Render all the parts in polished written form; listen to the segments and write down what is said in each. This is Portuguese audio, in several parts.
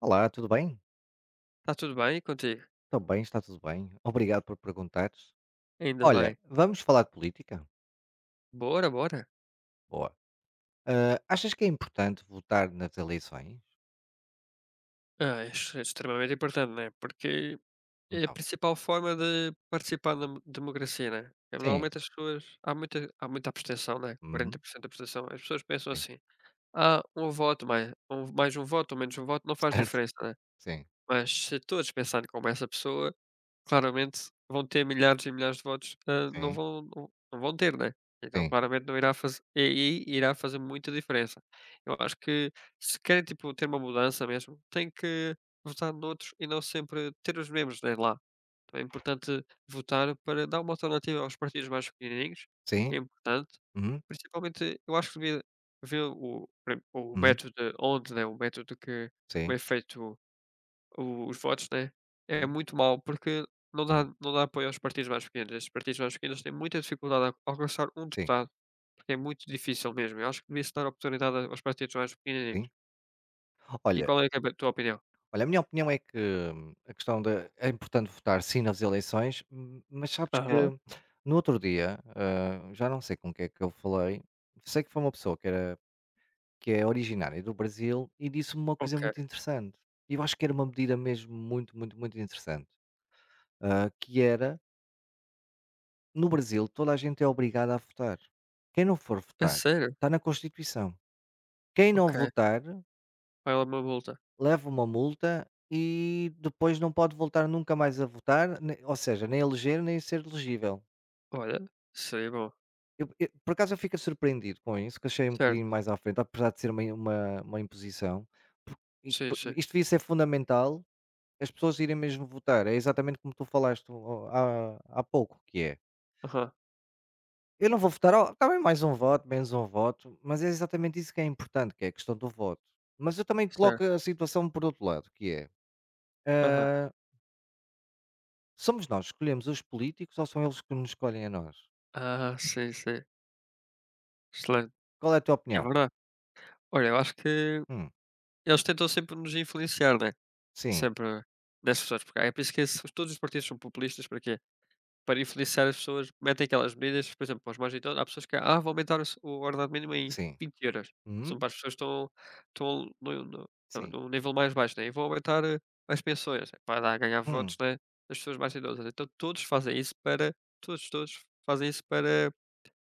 Olá, tudo bem? Está tudo bem contigo? Estou bem, está tudo bem. Obrigado por perguntares. Ainda Olha, bem. vamos falar de política? Bora, bora. Boa. Achas que é importante votar nas eleições? Ah, isso é extremamente importante, né? Porque é a Então, principal forma de participar na democracia, né? É, sim. normalmente as pessoas. Há muita abstenção, né? Uhum, 40% de abstenção. As pessoas pensam sim. assim: ah, mais um voto ou menos um voto não faz Certo? diferença, né? Sim, Mas se todos pensarem como essa pessoa, claramente vão ter milhares e milhares de votos, não sim, vão não não vão ter, né. Então sim, claramente não irá fazer, e aí irá fazer muita diferença. Eu acho que se querem, tipo, ter uma mudança mesmo, tem que votar noutros e não sempre ter os mesmos, né, lá. Então é importante votar para dar uma alternativa aos partidos mais pequenininhos, que sim, é importante. uhum, Principalmente, eu acho que devia haver o uhum, método onde né, o método que sim, é feito o os votos, né, é sim, muito mal porque não dá uhum, não dá apoio aos partidos mais pequenos. Estes partidos mais pequenos têm muita dificuldade a alcançar um sim, deputado, porque é muito difícil mesmo. Eu acho que devia-se dar oportunidade aos partidos mais pequeninos. sim. E Olha, qual é que é a tua opinião? olha, a minha opinião é que a questão da é importante votar sim nas eleições, mas sabes que Aham, no outro dia, já não sei com o que é que eu falei, sei que foi uma pessoa que é originária do Brasil, e disse-me uma coisa muito ok. interessante. E eu acho que era uma medida mesmo muito, muito, muito interessante, que era, no Brasil, toda a gente é obrigada a votar. Quem não for A votar, sério? está na Constituição. Quem não Ok. votar, Vai lá uma multa. leva uma multa e depois não pode voltar nunca mais a votar, ou seja, nem eleger, nem ser elegível. Olha, seria bom. Por acaso eu fico surpreendido com isso, que achei um bocadinho Certo, mais à frente, apesar de ser uma imposição. por- sim, sim. Isto devia ser fundamental. As pessoas irem mesmo votar é exatamente como tu falaste o há há pouco, que é: Aham, "Eu não vou votar, oh, está bem mais um voto, menos um voto", mas é exatamente isso que é importante, que é a questão do voto. Mas eu também coloco certo. a situação por outro lado, que é, Aham. hã, somos nós que escolhemos os políticos ou são eles que nos escolhem a nós? Ah, sim, sim. Excelente. Qual é a tua É opinião? verdade. Olha, eu acho que Hum, eles tentam sempre nos influenciar, né? sim, Sempre das pessoas, porque é por isso que esses todos os partidos são populistas, para quê? Para influenciar as pessoas, metem aquelas medidas, por exemplo, para os mais idosos, há pessoas que: "Ah, vou aumentar o ordenado mínimo em sim, 20 euros. hum, São para as pessoas que estão no no no- sim, num nível mais baixo, né, e vão aumentar, as pensões, é para dar ganhar votos, hum. né, das pessoas mais idosas. Então todos fazem isso para todos, todos fazem isso para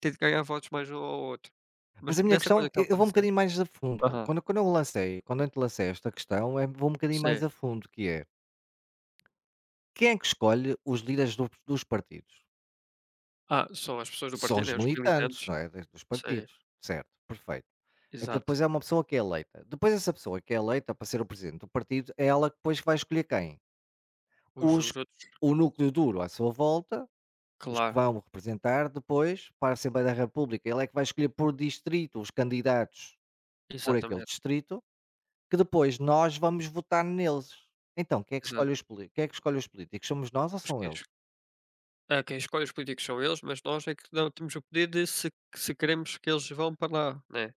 ter de ganhar votos mais um ao outro. Mas Mas a minha nessa coisa questão que e estavas eu a vou um dizer bocadinho mais a fundo. aham, Quando eu te lancei esta questão, vou um bocadinho mais sim. a fundo, que é quem é que escolhe os líderes do dos partidos? Ah, são as pessoas do São partido, os né, os militantes, militantes. não é, dos Sim, partidos, certo, perfeito. Então exato. depois é uma pessoa que é eleita. Depois essa pessoa que é eleita para ser o presidente do partido, é ela que depois vai escolher quem? Os Os os outros, o núcleo duro à sua volta, os que claro, vão representar depois para a Assembleia da República. Ela é que vai escolher por distrito os candidatos por aquele exatamente, distrito, que depois nós vamos votar neles. Então exato. Quem é que escolhe os políticos? Somos nós ou Os são queres eles? Quem escolhe os políticos são eles, mas nós é que não temos o poder de se queremos que eles vão para lá, né,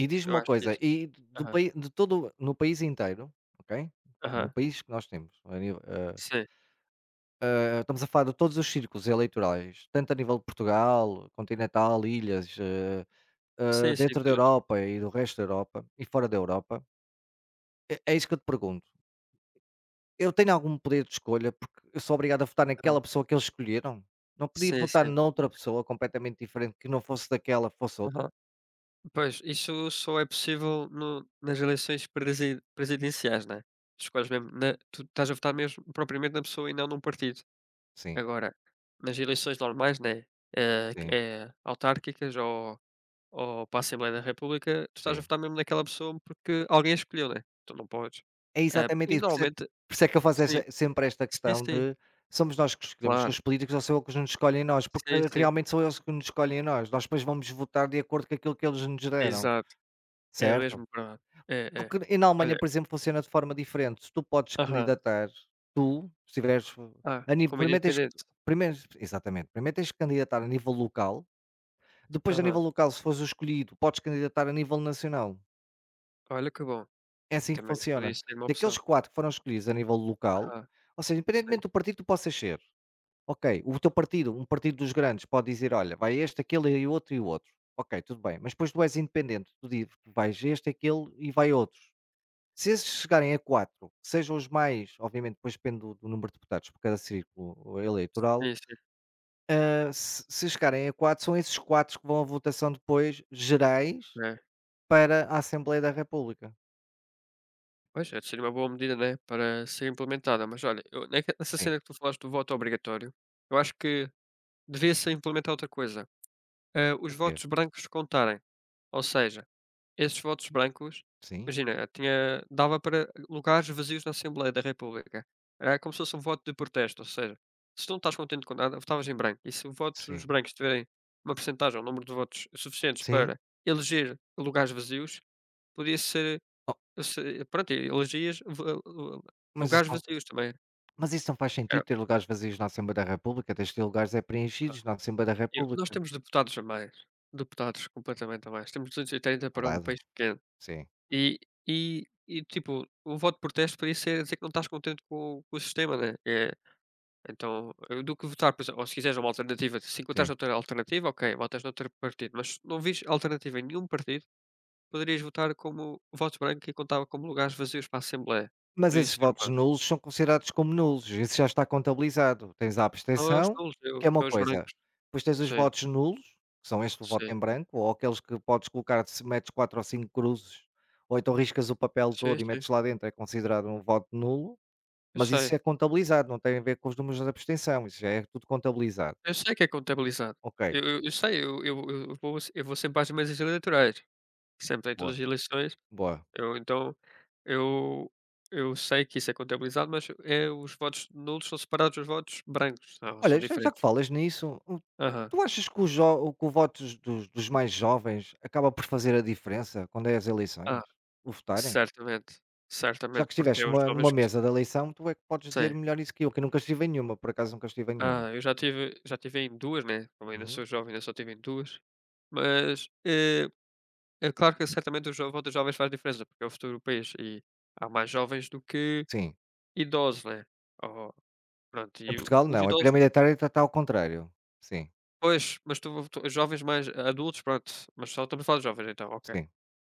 E diz-me eu uma acho que coisa, isso. e do Aham, pai de todo no país inteiro, ok? No aham, país que nós temos, a nível, sim, estamos a falar de todos os círculos eleitorais, tanto a nível de Portugal, continental, ilhas, sim, sim, dentro da tudo. Europa e do resto da Europa e fora da Europa, é isso que eu te pergunto. Eu tenho algum poder de escolha, porque eu sou obrigado a votar Aham, naquela pessoa que eles escolheram? Não podia sim, votar sim, noutra pessoa completamente diferente que não fosse daquela, fosse outra? aham. Pois, isso só é possível no nas eleições presidenciais, né, escolhes mesmo na tu estás a votar mesmo propriamente na pessoa e não num partido. Sim, Agora, nas eleições normais, né, sim, é autárquicas ou para a Assembleia da República, tu estás a sim. votar mesmo naquela pessoa porque alguém a escolheu, né? Tu não podes. É Eh, exatamente e isso, normalmente por isso é que eu faço sim, esta sim, questão sim, de somos nós que escolhemos claro. os políticos ou são eles que nos escolhem nós, porque Sim, sim. realmente são eles que nos escolhem a nós, nós depois vamos votar de acordo com aquilo que eles nos deram, Exato, é certo? mesmo verdade. É, é. Porque e na Alemanha, Olha por exemplo, funciona de forma diferente, se tu podes aham. candidatar, tu, se tiveres Ah, a nível como primeiro tens que independente. primeiro exatamente, primeiro tens que candidatar a nível local, depois a nível Aham. local se fores o escolhido, podes candidatar a nível nacional. Olha que bom, É assim que também podia funciona. ser uma opção. Daqueles 4 que foram escolhidos a nível local, Ah, ou seja, sim, independentemente do partido que tu possas ser, ok, o teu partido, um partido dos grandes pode dizer: "Olha, vai este, aquele e outro e o outro". Ok, tudo bem, mas depois tu és independente, tu dizes, tu vais este, aquele e vai outros. Se esses chegarem a 4, sejam os mais obviamente depois depende do número de deputados por cada círculo eleitoral, sim, sim. Se chegarem a 4, são esses 4 que vão à votação depois gerais É. para a Assembleia da República. Pois, é de ser uma boa medida, né, para ser implementada, mas olha, eu neque nessa Sim. cena que tu falaste do voto obrigatório, eu acho que devia ser implementar outra coisa, os O quê? votos brancos contarem. Ou seja, esses votos brancos, Sim, imagina, tinha dava para lugares vazios na Assembleia da República. Era como se fosse um voto de protesto, ou seja, se tu não estás contente com nada, votavas em branco. E se votos os sim, brancos tiverem uma percentagem, um número de votos suficientes sim. para eleger lugares vazios, podia ser, Oh, pronto, e elegias mas isso lugares não vazios também. mas isso não faz sentido Era- ter lugares vazios na Assembleia da República, tens de ter lugares é Ah, preenchidos na Assembleia da nós República, temos deputados a mais, deputados completamente a mais. Temos 280 para um verdade? país pequeno. Sim, E e, tipo, o voto de protesto para isso ser dizer que não estás contente com o sistema, né, é, então, eu do que votar, por exemplo ou se quiseres uma alternativa, se encontrares sim. outra alternativa, ok, votas noutro partido, mas se não vires alternativa em nenhum partido, poderias votar como voto branco e contava como lugares vazios para a Assembleia. Mas Podia esses ser votos uma nulos são considerados como nulos, isso já está contabilizado. Tens a não é os abstenção, nulos, é que o é uma é os coisa, brancos. depois tens os Sim, votos nulos, que são este o voto sim, em branco, ou aqueles que podes colocar se metes 4 ou 5 cruzes, ou então riscas o papel sim, todo e sim. metes lá dentro, é considerado um voto nulo, Eu mas sei, isso é contabilizado, não tem a ver com os números da abstenção, isso já é tudo contabilizado. Que é contabilizado. Ok, Eu sei, eu vou sempre às mesas eleitorais, sempre em todas boa, as eleições. boa. Eu então, eu eu sei que isso é contabilizado, mas é os votos nulos são separados dos votos brancos, não, são Olha, já já que diferentes. falas nisso, o Aham. tu achas que que o votos dos dos mais jovens acaba por fazer a diferença quando é as eleições? Ah, O votarem? certamente, Já certamente, que porque estiveste é os numa jovens que mesa da eleição, tu é que podes dizer sim. melhor isso que eu nunca estive em nenhuma, por acaso nunca estive em nenhuma. Ah, eu já tive em 2 né, como ainda Uhum. sou jovem, ainda só tive em 2 mas, é claro que certamente o jo voto dos jovens faz diferença, porque é o futuro do país e há mais jovens do que Sim. idosos, né. Ou pronto, Em e o Portugal os não, a idosos. pirâmide etária está ao contrário. Sim, Pois, mas tu os jovens mais adultos, pronto, mas só estamos a falar de jovens então, ok. sim,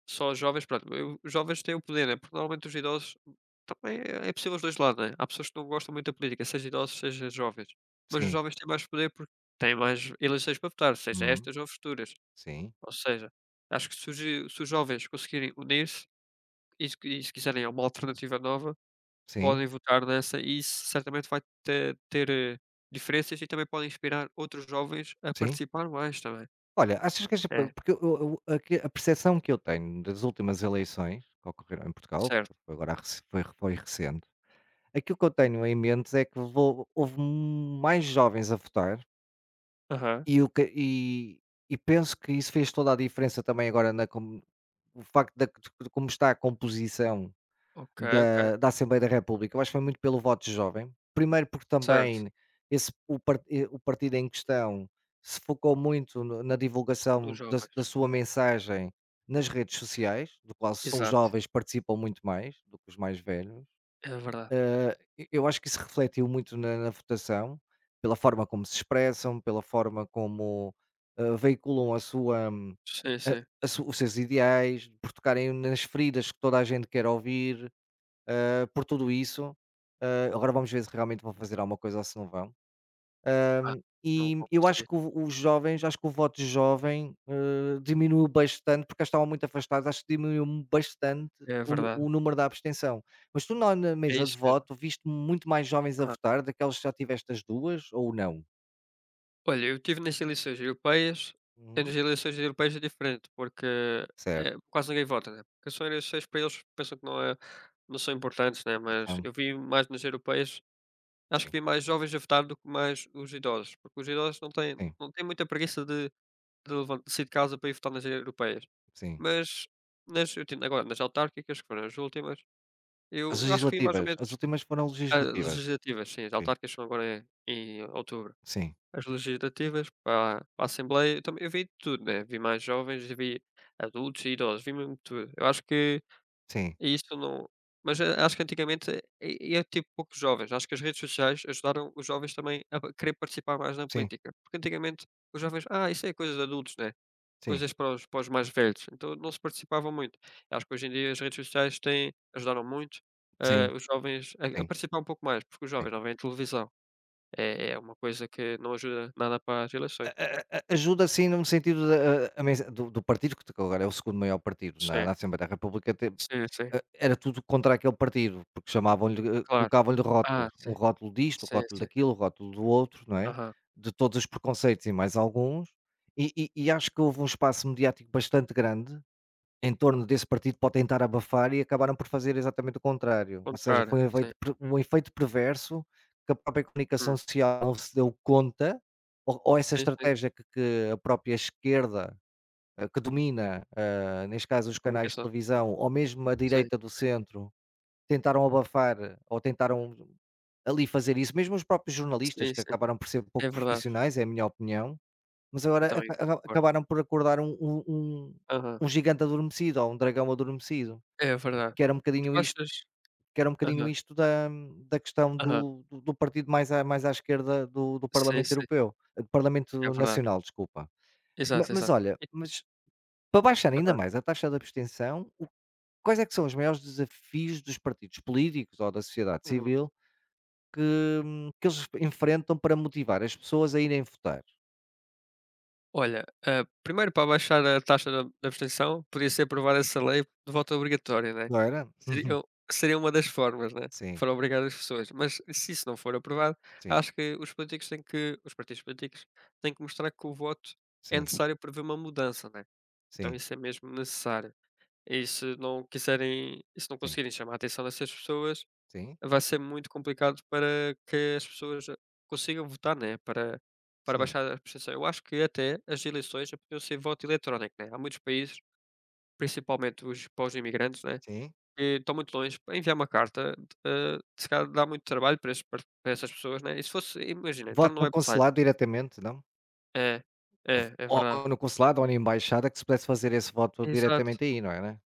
Só os jovens, pronto, eu os jovens têm o poder, né, porque normalmente os idosos também é possível os 2 lados, né. Há pessoas que não gostam muito da política, seja idosos, seja jovens, mas os sim. jovens têm mais poder porque têm mais eleições para votar, seja Uhum. estas ou futuras. Sim, Ou seja, acho que se os jovens conseguirem unir-se e se quiserem uma alternativa nova, sim, podem votar nessa e isso certamente vai te ter, diferenças e também podem inspirar outros jovens a sim. participar mais também. Olha, achas que esta É, porque eu aqui a percepção que eu tenho das últimas eleições que ocorreram em Portugal, certo. foi agora rec foi foi recente. Aquilo que eu tenho em mente é que vou houve mais jovens a votar Aham. e o que e e penso que isso fez toda a diferença também agora na com o facto da de como está a composição Ok, ok. Da Assembleia da República. Eu acho que foi muito pelo voto jovem. Primeiro porque Certo, também esse o par eh, o partido em questão se focou muito no na dos divulgação da jovens. sua mensagem nas redes sociais, do qual são os Exato, jovens participam muito mais do que os mais velhos. é verdade. E eu acho que isso refletiu muito na votação, pela forma como se expressam, pela forma como, veiculam a sua Sim, a sim. a su os seus ideais, por tocarem nas feridas que toda a gente quer ouvir, por tudo isso. Agora vamos ver se realmente vão fazer alguma coisa ou se não vão. Ah, não E vou eu acho conseguir. que o os jovens, acho que o voto jovem, diminuiu bastante, porque estavam muito afastados, acho que diminuiu bastante É o nu verdade, o número da abstenção. Mas tu na é mesa de isso mesmo. voto viste muito mais jovens a Aham. votar, daqueles que já tiveste as duas ou não? Olha, eu estive nas eleições europeias, nas Uhum. eleições europeias é diferente, porque, Certo, quase ninguém vota, né, porque são eleições para eles pensam que não são importantes, né, e mas são eu vi mais nas europeias, acho que sim, vi mais jovens a votar do que mais os idosos, porque os idosos não têm sim, não têm muita preguiça de sair de casa para ir votar nas europeias. sim. Mas nas eu tento agora nas autárquicas, que foram as últimas, eu As eu acho que fui mais ou legislativas, menos as últimas foram as legislativas. legislativas, sim, as autárquicas são agora em outubro. Sim, As legislativas para a Assembleia, eu também eu vi tudo, né, vi mais jovens vi adultos e idosos, vi mesmo tudo. Eu acho que sim, isso não mas a Acho que antigamente e ia tipo poucos jovens, acho que as redes sociais ajudaram os jovens também a querer participar mais na sim, política, porque antigamente os jovens: "Ah, isso é coisa de adultos, né?" sim, Coisas para os mais velhos, então não se participava muito. Eu acho que hoje em dia as redes sociais têm ajudaram muito, sim, os jovens a sim, participar um pouco mais, porque os sim. jovens não veem televisão. É uma coisa que não ajuda nada para as eleições. A a ajuda assim num sentido da a mensa do partido que agora é o segundo maior partido na Sim, Assembleia da República te sim, sim, a era tudo contra aquele partido, porque chamavam-lhe, claro. colocavam-lhe Ah, rótulos, um sim, rótulo disto, um sim, rótulo sim. daquilo, um rótulo do outro, não é? Aham. De todos os preconceitos e mais alguns, e acho que houve um espaço mediático bastante grande em torno desse partido para o tentar abafar e acabaram por fazer exatamente o contrário, ou seja, Contrário, foi um sim. efeito per um efeito perverso que a própria comunicação Uhum. social não se deu conta, ou essa Sim, sim, estratégia que a própria esquerda, que domina, neste caso os a canais de comunicação. televisão, ou mesmo a Sim, direita do centro, tentaram abafar ou tentaram ali fazer isso, mesmo os próprios jornalistas sim, que sim, acabaram por ser pouco é verdade. profissionais, é a minha opinião, mas agora Eu também aca aca concordo. acabaram por acordar Aham, um gigante adormecido, ou um dragão adormecido, é verdade. que era um Tu bocadinho isto achas que era um bocadinho aham, isto da questão aham. Do partido mais à esquerda do Sim, Parlamento sim, Europeu, do é Parlamento verdade. Nacional, desculpa. Ma Exato, mas exato. olha, E para baixar ainda aham, mais a taxa de abstenção, o quais é que são os maiores desafios dos partidos políticos ou da sociedade uhum. civil que que eles enfrentam para motivar as pessoas a irem votar? Olha, primeiro para baixar a taxa da abstenção, podia ser aprovada essa lei de voto obrigatório, né? Não era? Seria seria uma das formas, né? Sim, Para obrigar as pessoas. Mas se isso não for aprovado, sim, acho que os partidos políticos têm que mostrar que o voto é sim, necessário para ver uma mudança, né? Então sim, isso é mesmo necessário. E se não quiserem, e se não sim. conseguirem chamar a atenção dessas pessoas, Sim, vai ser muito complicado para que as pessoas consigam votar, né, para sim, baixar a abstenção. Eu acho que até as eleições já podiam ser voto eletrónico, né. Há muitos países, principalmente os pós imigrantes, né, sim. que estão muito longe, para enviar uma carta, se calhar dá muito trabalho para esses para essas pessoas, né, e se fosse imagina, entrar Voto no no website consulado diretamente, não? é, é, é verdade. Ou no consulado ou na embaixada que se pudesse fazer esse voto Exato, diretamente aí, não era?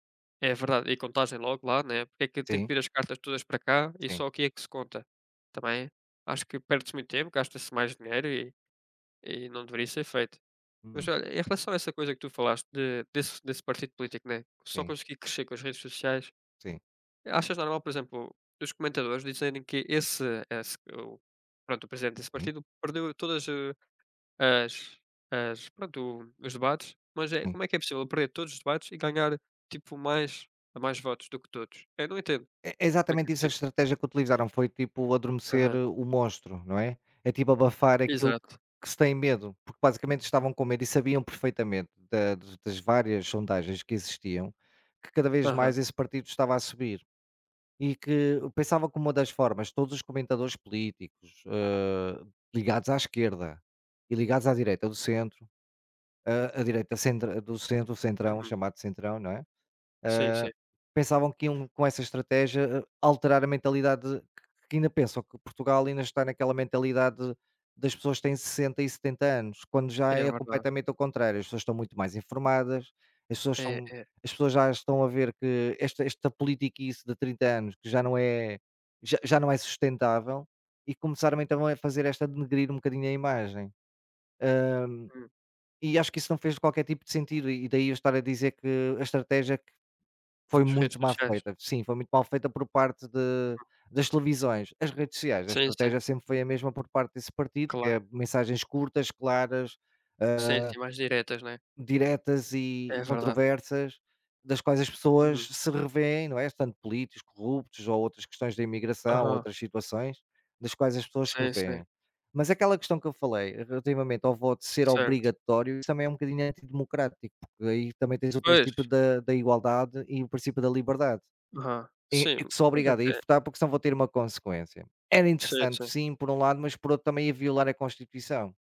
é verdade. E contagem logo lá, né, porque é que tem que Sim, vir as cartas todas para cá e sim, só aqui é que se conta. Também acho que perde-se muito tempo, gasta-se mais dinheiro E não deveria ser feito. Mas uhum, olha, em relação a essa coisa que tu falaste de desse desse partido político, né, que só sim, conseguir crescer com as redes sociais, sim, achas normal, por exemplo, os comentadores dizerem que esse o o presidente desse sim, partido perdeu todas, as as pronto, os debates, mas é sim. como é que é possível perder todos os debates e ganhar, tipo, mais votos do que todos? Eu não entendo É como é que é exatamente isso a possível. estratégia que utilizaram, foi tipo adormecer Aham. O monstro, não é? É tipo abafar aquilo Exato. que se tem medo, porque basicamente estavam com medo e sabiam perfeitamente da das várias sondagens que existiam, que cada vez Aham. mais esse partido estava a subir. E que eu pensava que uma das formas, todos os comentadores políticos, ligados à esquerda e ligados à direita do centro, a direita centra do centro, centrão, Uhum. chamado centrão, não é? Sim, sim. Ah, Pensavam que iam com essa estratégia alterar a mentalidade que ainda pensam que Portugal ainda está naquela mentalidade das pessoas que têm 60 e 70 anos, quando já É é verdade. completamente ao contrário, as pessoas estão muito mais informadas, as pessoas É, são é. as pessoas já estão a ver que esta politiquice de 30 anos que já não é já não é sustentável e começaram então a fazer esta de denegrir um bocadinho a imagem. Ah, Hum. e acho que isso não fez qualquer tipo de sentido, e daí eu estar a dizer que a estratégia foi As redes muito mal sociais. feita. Sim, foi muito mal feita por parte de das televisões. As redes sociais, a Sim, sim. estratégia sempre foi a mesma por parte desse partido, que Claro. é mensagens curtas, claras, Sim, ah, sim, mais diretas, né. diretas e É verdade. controversas, das quais as pessoas Uhum. se revêem, não é? Tanto políticos corruptos ou outras questões da imigração, Aham. outras situações, das quais as pessoas se Sim, sim. revêem. Mas aquela questão que eu falei, relativamente ao voto ser Certo. obrigatório, isso também é um bocadinho antidemocrático, porque aí também tens o Pois. princípio da igualdade e o princípio da liberdade. Aham. Sim, E que sou mas obrigado a ir até votar porque senão vou ter uma consequência. Era sim, interessante sim. sim, por um lado, mas por outro também ia violar a Constituição.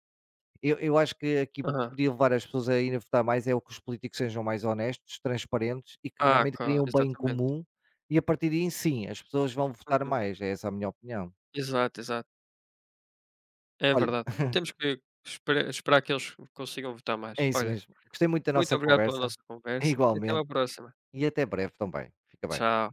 Eu acho que aqui o que Aham. poderia levar as pessoas a irem votar mais é o que os políticos sejam mais honestos, transparentes e que Ah, realmente criem claro, um bem exatamente. comum e a partir daí sim, as pessoas vão votar Uhum. mais, é essa a minha opinião. Exato, exato. É Olha, verdade. Temos que esperar que eles consigam votar mais. é isso Olha, mesmo. Gostei muito da muito nossa obrigado pela conversa, nossa conversa e até igualmente, uma próxima. e até breve também. Fica bem. Tchau.